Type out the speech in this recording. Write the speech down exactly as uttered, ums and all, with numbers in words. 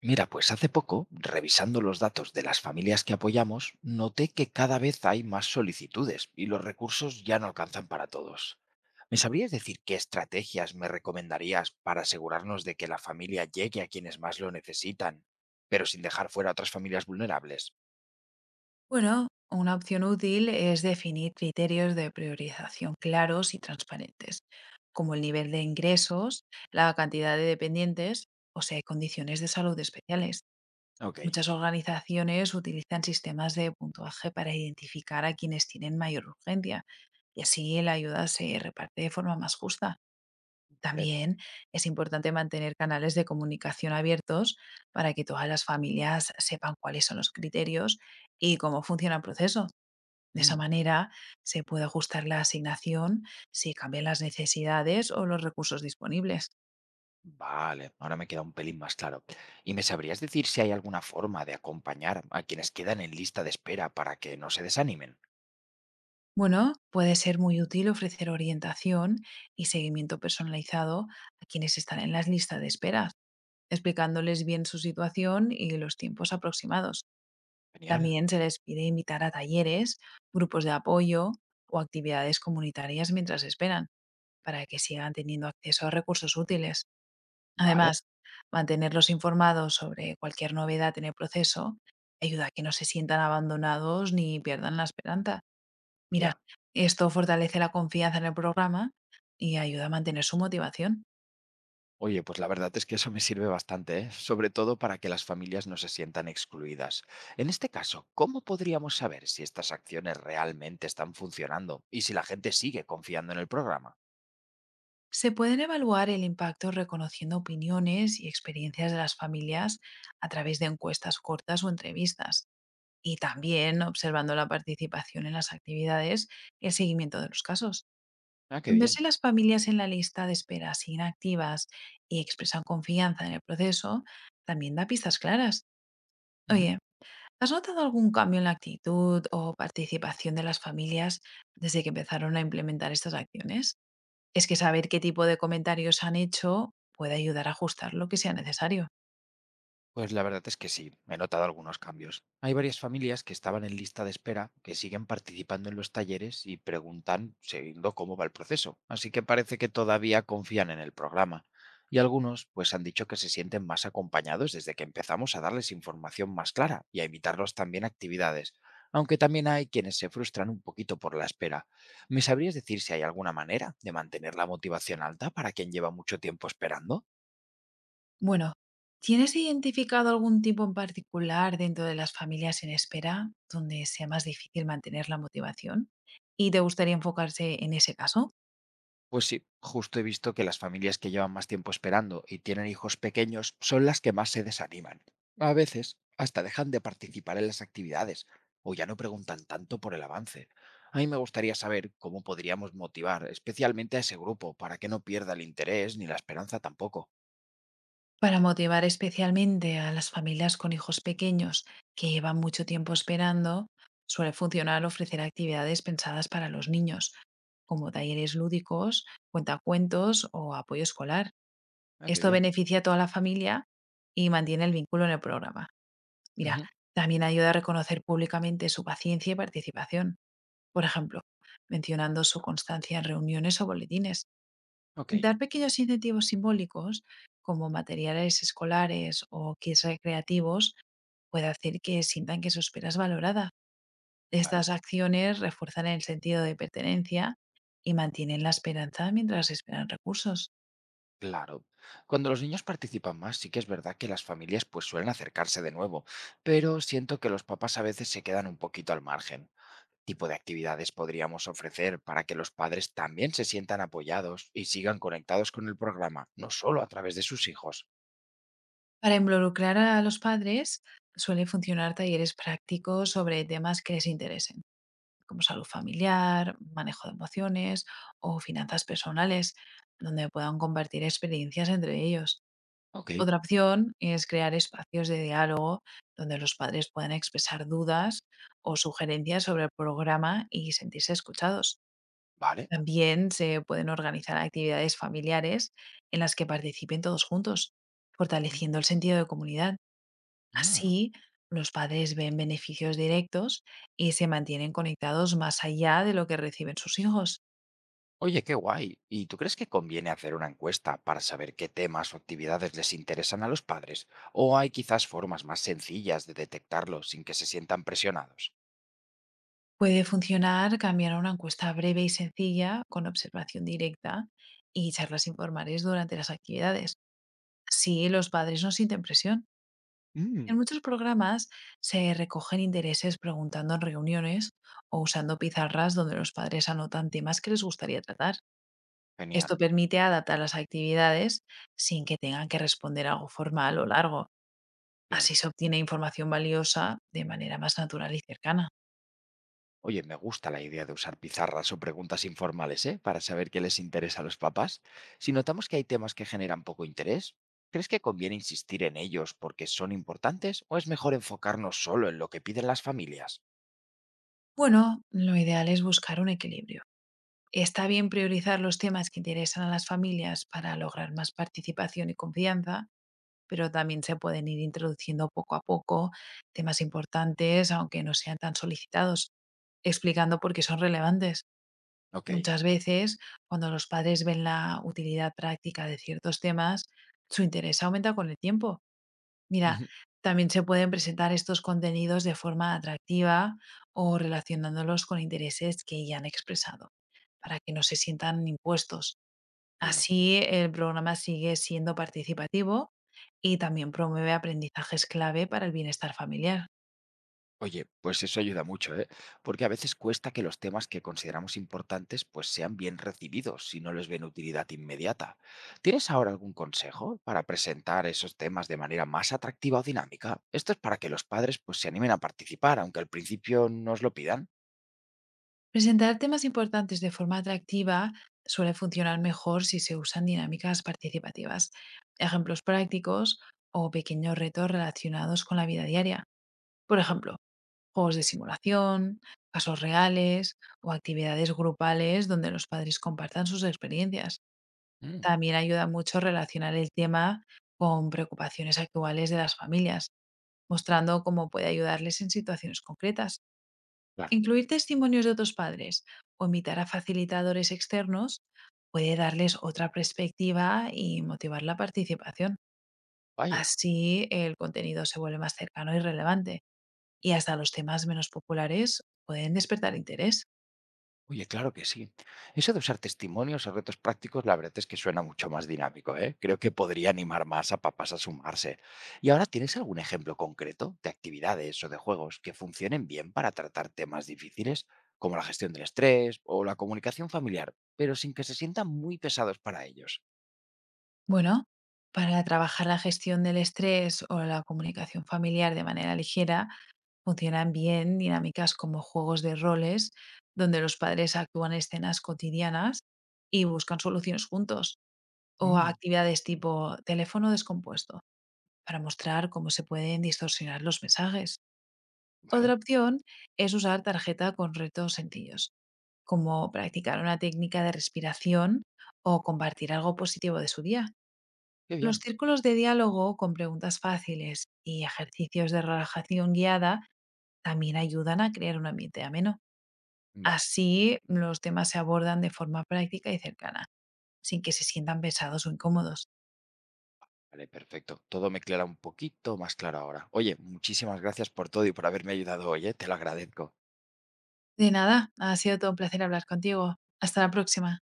Mira, pues hace poco, revisando los datos de las familias que apoyamos, noté que cada vez hay más solicitudes y los recursos ya no alcanzan para todos. ¿Me sabrías decir qué estrategias me recomendarías para asegurarnos de que la familia llegue a quienes más lo necesitan, pero sin dejar fuera a otras familias vulnerables? Bueno, una opción útil es definir criterios de priorización claros y transparentes, como el nivel de ingresos, la cantidad de dependientes o si hay condiciones de salud especiales. Ok. Muchas organizaciones utilizan sistemas de puntuaje para identificar a quienes tienen mayor urgencia y así la ayuda se reparte de forma más justa. Vale. También es importante mantener canales de comunicación abiertos para que todas las familias sepan cuáles son los criterios y cómo funciona el proceso. De esa Mm. manera se puede ajustar la asignación si cambian las necesidades o los recursos disponibles. Vale, ahora me queda un pelín más claro. ¿Y me sabrías decir si hay alguna forma de acompañar a quienes quedan en lista de espera para que no se desanimen? Bueno, puede ser muy útil ofrecer orientación y seguimiento personalizado a quienes están en las listas de espera, explicándoles bien su situación y los tiempos aproximados. Genial. También se les pide invitar a talleres, grupos de apoyo o actividades comunitarias mientras esperan, para que sigan teniendo acceso a recursos útiles. Vale. Además, mantenerlos informados sobre cualquier novedad en el proceso ayuda a que no se sientan abandonados ni pierdan la esperanza. Mira, Ya. esto fortalece la confianza en el programa y ayuda a mantener su motivación. Oye, pues la verdad es que eso me sirve bastante, ¿eh? Sobre todo para que las familias no se sientan excluidas. En este caso, ¿cómo podríamos saber si estas acciones realmente están funcionando y si la gente sigue confiando en el programa? Se pueden evaluar el impacto reconociendo opiniones y experiencias de las familias a través de encuestas cortas o entrevistas y también observando la participación en las actividades y el seguimiento de los casos. Ah, qué bien. Verse las familias en la lista de espera siguen activas y expresan confianza en el proceso también da pistas claras. Ujú. Oye, ¿has notado algún cambio en la actitud o participación de las familias desde que empezaron a implementar estas acciones? Es que saber qué tipo de comentarios han hecho puede ayudar a ajustar lo que sea necesario. Pues la verdad es que sí, he notado algunos cambios. Hay varias familias que estaban en lista de espera, que siguen participando en los talleres y preguntan siguiendo cómo va el proceso. Así que parece que todavía confían en el programa. Y algunos pues han dicho que se sienten más acompañados desde que empezamos a darles información más clara y a invitarlos también a actividades. Aunque también hay quienes se frustran un poquito por la espera. ¿Me sabrías decir si hay alguna manera de mantener la motivación alta para quien lleva mucho tiempo esperando? Bueno, ¿tienes identificado algún tipo en particular dentro de las familias en espera donde sea más difícil mantener la motivación? ¿Y te gustaría enfocarse en ese caso? Pues sí, justo he visto que las familias que llevan más tiempo esperando y tienen hijos pequeños son las que más se desaniman. A veces hasta dejan de participar en las actividades o ya no preguntan tanto por el avance. A mí me gustaría saber cómo podríamos motivar especialmente a ese grupo para que no pierda el interés ni la esperanza tampoco. Para motivar especialmente a las familias con hijos pequeños que llevan mucho tiempo esperando, suele funcionar ofrecer actividades pensadas para los niños, como talleres lúdicos, cuentacuentos o apoyo escolar. Ah, qué Esto bien. beneficia a toda la familia y mantiene el vínculo en el programa. Mira, Ujú. también ayuda a reconocer públicamente su paciencia y participación, por ejemplo, mencionando su constancia en reuniones o boletines. Ok. Dar pequeños incentivos simbólicos, como materiales escolares o kits recreativos, puede hacer que sientan que su espera es valorada. Vale. Estas acciones refuerzan el sentido de pertenencia y mantienen la esperanza mientras esperan recursos. Claro. Cuando los niños participan más, sí que es verdad que las familias pues suelen acercarse de nuevo, pero siento que los papás a veces se quedan un poquito al margen. Tipo de actividades podríamos ofrecer para que los padres también se sientan apoyados y sigan conectados con el programa, ¿no solo a través de sus hijos? Para involucrar a los padres, suelen funcionar talleres prácticos sobre temas que les interesen, como salud familiar, manejo de emociones o finanzas personales, donde puedan compartir experiencias entre ellos. Ok. Otra opción es crear espacios de diálogo donde los padres puedan expresar dudas o sugerencias sobre el programa y sentirse escuchados. Vale. También se pueden organizar actividades familiares en las que participen todos juntos, Mm. fortaleciendo el sentido de comunidad. Ah. Así, los padres ven beneficios directos y se mantienen conectados más allá de lo que reciben sus hijos. Oye, qué guay. ¿Y tú crees que conviene hacer una encuesta para saber qué temas o actividades les interesan a los padres? ¿O hay quizás formas más sencillas de detectarlo sin que se sientan presionados? Puede funcionar cambiar a una encuesta breve y sencilla con observación directa y charlas informales durante las actividades. Así los padres no sienten presión. En Mm. muchos programas se recogen intereses preguntando en reuniones o usando pizarras donde los padres anotan temas que les gustaría tratar. Genial. Esto permite adaptar las actividades sin que tengan que responder algo formal o largo. Claro. Así se obtiene información valiosa de manera más natural y cercana. Oye, me gusta la idea de usar pizarras o preguntas informales, ¿eh? Para saber qué les interesa a los papás. Si notamos que hay temas que generan poco interés, ¿crees que conviene insistir en ellos porque son importantes o es mejor enfocarnos solo en lo que piden las familias? Bueno, lo ideal es buscar un equilibrio. Está bien priorizar los temas que interesan a las familias para lograr más participación y confianza, pero también se pueden ir introduciendo poco a poco temas importantes, aunque no sean tan solicitados, explicando por qué son relevantes. Ok. Muchas veces, cuando los padres ven la utilidad práctica de ciertos temas, su interés aumenta con el tiempo. Mira, Ujú. también se pueden presentar estos contenidos de forma atractiva o relacionándolos con intereses que ya han expresado, para que no se sientan impuestos. Claro. Así el programa sigue siendo participativo y también promueve aprendizajes clave para el bienestar familiar. Oye, pues eso ayuda mucho, ¿eh? Porque a veces cuesta que los temas que consideramos importantes pues sean bien recibidos si no les ven utilidad inmediata. ¿Tienes ahora algún consejo para presentar esos temas de manera más atractiva o dinámica? Esto es para que los padres pues se animen a participar, aunque al principio nos lo pidan. Presentar temas importantes de forma atractiva suele funcionar mejor si se usan dinámicas participativas, ejemplos prácticos o pequeños retos relacionados con la vida diaria. Por ejemplo, juegos de simulación, casos reales o actividades grupales donde los padres compartan sus experiencias. Mm. También ayuda mucho relacionar el tema con preocupaciones actuales de las familias, mostrando cómo puede ayudarles en situaciones concretas. Claro. Incluir testimonios de otros padres o invitar a facilitadores externos puede darles otra perspectiva y motivar la participación. Vaya. Así el contenido se vuelve más cercano y relevante y hasta los temas menos populares pueden despertar interés. Oye, claro que sí. Eso de usar testimonios o retos prácticos, la verdad es que suena mucho más dinámico, ¿eh? Creo que podría animar más a papás a sumarse. ¿Y ahora tienes algún ejemplo concreto de actividades o de juegos que funcionen bien para tratar temas difíciles, como la gestión del estrés o la comunicación familiar, pero sin que se sientan muy pesados para ellos? Bueno, para trabajar la gestión del estrés o la comunicación familiar de manera ligera, funcionan bien dinámicas como juegos de roles, donde los padres actúan escenas cotidianas y buscan soluciones juntos, o Mm. actividades tipo teléfono descompuesto, para mostrar cómo se pueden distorsionar los mensajes. Otra ¿Vale? opción es usar tarjeta con retos sencillos, como practicar una técnica de respiración o compartir algo positivo de su día. Qué Los bien. círculos de diálogo con preguntas fáciles y ejercicios de relajación guiada también ayudan a crear un ambiente ameno. Vale. Así los temas se abordan de forma práctica y cercana, sin que se sientan pesados o incómodos. Vale, perfecto. Todo me clara un poquito más claro ahora. Oye, muchísimas gracias por todo y por haberme ayudado hoy, ¿eh? Te lo agradezco. De nada, ha sido todo un placer hablar contigo. Hasta la próxima.